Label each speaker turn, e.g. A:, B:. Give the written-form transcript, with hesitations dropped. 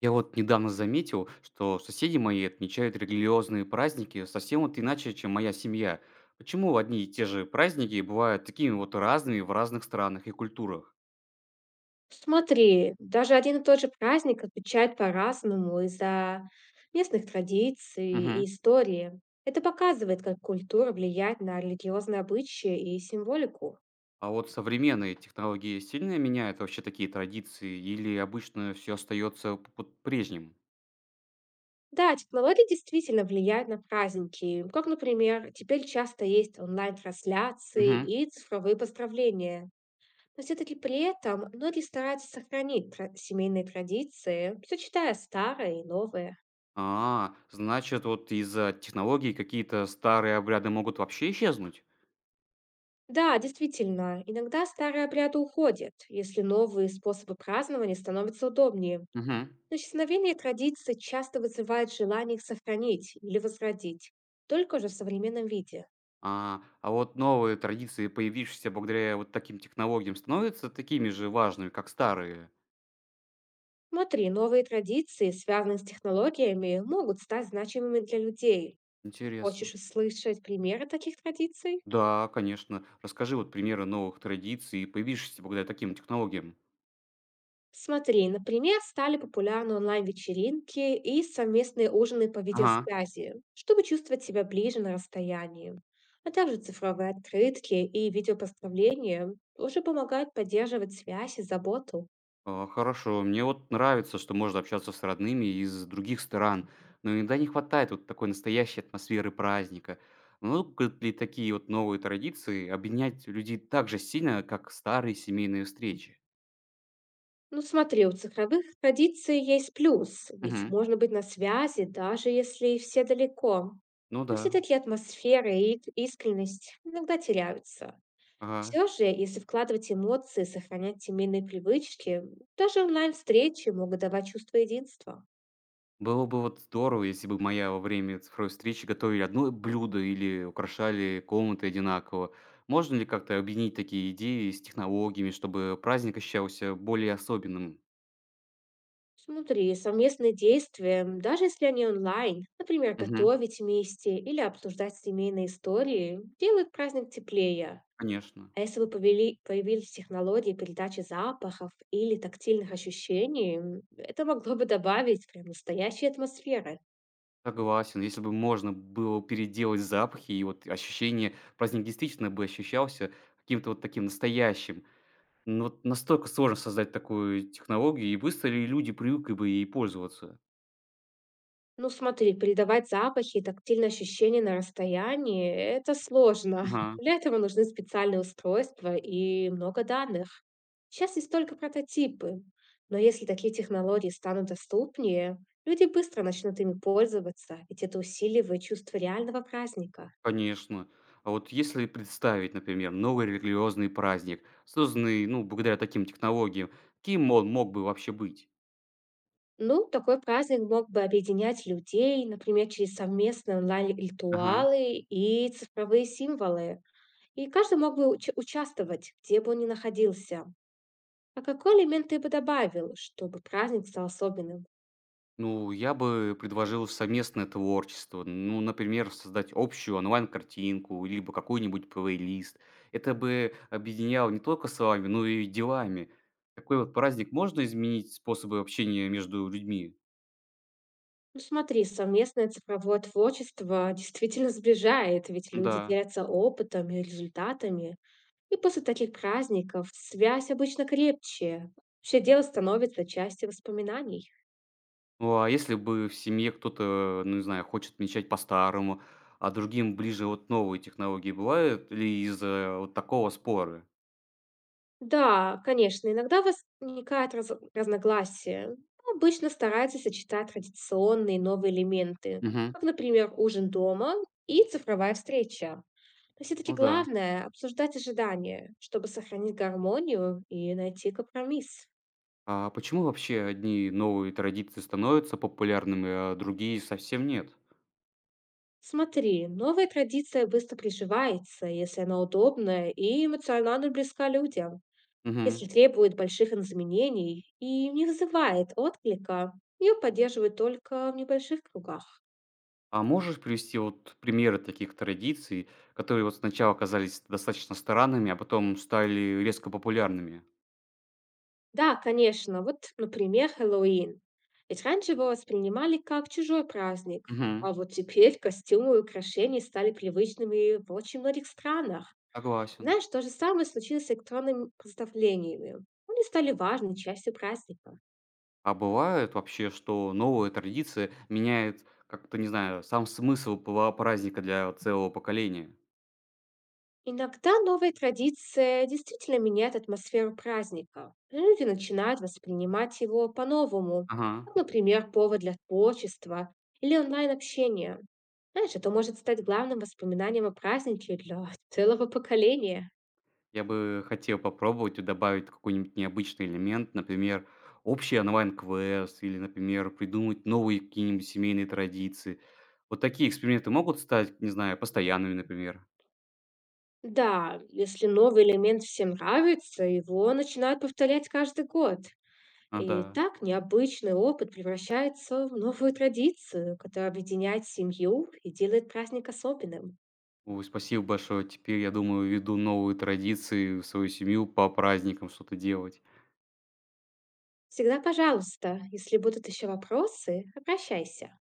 A: Я вот недавно заметил, что соседи мои отмечают религиозные праздники совсем вот иначе, чем моя семья. Почему одни и те же праздники бывают такими вот разными в разных странах и культурах?
B: Смотри, даже один и тот же праздник отмечают по-разному из-за местных традиций и
A: Мгм.
B: истории. Это показывает, как культура влияет на религиозные обычаи и символику.
A: А вот современные технологии сильно меняют вообще такие традиции или обычно все остается под прежним?
B: Да, технологии действительно влияют на праздники, как, например, теперь часто есть онлайн-трансляции
A: Мгм.
B: и цифровые поздравления. Но все-таки при этом многие стараются сохранить семейные традиции, сочетая старое и новое.
A: А, значит, вот из-за технологий какие-то старые обряды могут вообще исчезнуть?
B: Да, действительно, иногда старые обряды уходят, если новые способы празднования становятся удобнее.
A: Мгм.
B: Но исчезновение традиций часто вызывает желание их сохранить или возродить, только уже в современном виде.
A: А вот новые традиции, появившиеся благодаря вот таким технологиям, становятся такими же важными, как старые?
B: Смотри, новые традиции, связанные с технологиями, могут стать значимыми для людей.
A: Интересно.
B: Хочешь услышать примеры таких традиций?
A: Да, конечно. Расскажи вот примеры новых традиций, появившихся благодаря таким технологиям.
B: Смотри, например, стали популярны онлайн-вечеринки и совместные ужины по
A: Ага.
B: видеосвязи, чтобы чувствовать себя ближе на расстоянии. А также цифровые открытки и видеопоздравления тоже помогают поддерживать связь и заботу.
A: А, хорошо. Мне вот нравится, что можно общаться с родными из других стран, но иногда не хватает вот такой настоящей атмосферы праздника. Могут ли такие вот новые традиции объединять людей так же сильно, как старые семейные встречи?
B: Ну смотри, у цифровых традиций есть плюс, ведь
A: Угу.
B: можно быть на связи, даже если все далеко.
A: Ну
B: Но
A: да.
B: все-таки атмосфера и искренность иногда теряются.
A: Ага.
B: Все же, если вкладывать эмоции, сохранять семейные привычки, даже онлайн-встречи могут давать чувство единства.
A: Было бы вот здорово, если бы моя во время цифровой встречи готовили одно блюдо или украшали комнаты одинаково. Можно ли как-то объединить такие идеи с технологиями, чтобы праздник ощущался более особенным?
B: Смотри, совместные действия, даже если они онлайн, например,
A: Мгм.
B: готовить вместе или обсуждать семейные истории, делают праздник теплее.
A: Конечно.
B: А если бы появились технологии передачи запахов или тактильных ощущений, это могло бы добавить прям настоящей атмосферы.
A: Согласен. Если бы можно было переделать запахи, и вот ощущение праздник действительно бы ощущался каким-то вот таким настоящим. Но вот настолько сложно создать такую технологию, и быстро ли люди привыкли бы ей пользоваться?
B: Ну смотри, передавать запахи и тактильные ощущения на расстоянии– это сложно.
A: Ага.
B: Для этого нужны специальные устройства и много данных. Сейчас есть только прототипы, но если такие технологии станут доступнее, люди быстро начнут ими пользоваться, ведь это усиливает чувство реального праздника.
A: Конечно. А вот если представить, например, новый религиозный праздник, созданный, ну, благодаря таким технологиям, кем он мог бы вообще быть?
B: Ну, такой праздник мог бы объединять людей, например, через совместные
A: Ага.
B: онлайн-ритуалы и цифровые символы. И каждый мог бы участвовать, где бы он ни находился. А какой элемент ты бы добавил, чтобы праздник стал особенным?
A: Ну, я бы предложил совместное творчество. Ну, например, создать общую онлайн-картинку, либо какой-нибудь плейлист. Это бы объединяло не только словами, но и делами. Такой вот праздник можно изменить способы общения между людьми?
B: Ну смотри, совместное цифровое творчество действительно сближает, ведь люди
A: Да.
B: делятся опытом и результатами. И после таких праздников связь обычно крепче. Вообще дело становится частью воспоминаний.
A: Ну, а если бы в семье кто-то, ну, не знаю, хочет отмечать по-старому, а другим ближе вот новые технологии, бывают ли из-за вот такого споры?
B: Да, конечно, иногда возникают разногласия. Обычно стараются сочетать традиционные и новые элементы,
A: Мгм.
B: как, например, ужин дома и цифровая встреча. Но все-таки
A: Ну да.
B: главное– обсуждать ожидания, чтобы сохранить гармонию и найти компромисс.
A: А почему вообще одни новые традиции становятся популярными, а другие совсем нет?
B: Смотри, новая традиция быстро приживается, если она удобная и эмоционально близка людям.
A: Мгм.
B: Если требует больших изменений и не вызывает отклика, ее поддерживают только в небольших кругах.
A: А можешь привести вот примеры таких традиций, которые вот сначала казались достаточно странными, а потом стали резко популярными?
B: Да, конечно, вот, например, Хэллоуин. Ведь раньше его воспринимали как чужой праздник,
A: Мгм.
B: а вот теперь костюмы и украшения стали привычными в очень многих странах.
A: Согласен.
B: Знаешь, то же самое случилось с электронными представлениями. Они стали важной частью праздника.
A: А бывает вообще, что новая традиция меняет как-то, не знаю, сам смысл пла праздника для целого поколения?
B: Иногда новые традиции действительно меняют атмосферу праздника. Люди начинают воспринимать его по-новому,
A: Ага.
B: как, например, повод для творчества или онлайн-общения. Знаешь, это может стать главным воспоминанием о празднике для целого поколения.
A: Я бы хотел попробовать и добавить какой-нибудь необычный элемент, например, общий онлайн-квест или, например, придумать новые какие-нибудь семейные традиции. Вот такие эксперименты могут стать, не знаю, постоянными, например.
B: Да, если новый элемент всем нравится, его начинают повторять каждый год.
A: А,
B: И
A: да.
B: так необычный опыт превращается в новую традицию, которая объединяет семью и делает праздник особенным.
A: Ой, спасибо большое. Теперь, я думаю, веду новые традиции в свою семью по праздникам что-то делать.
B: Всегда пожалуйста, если будут еще вопросы, обращайся.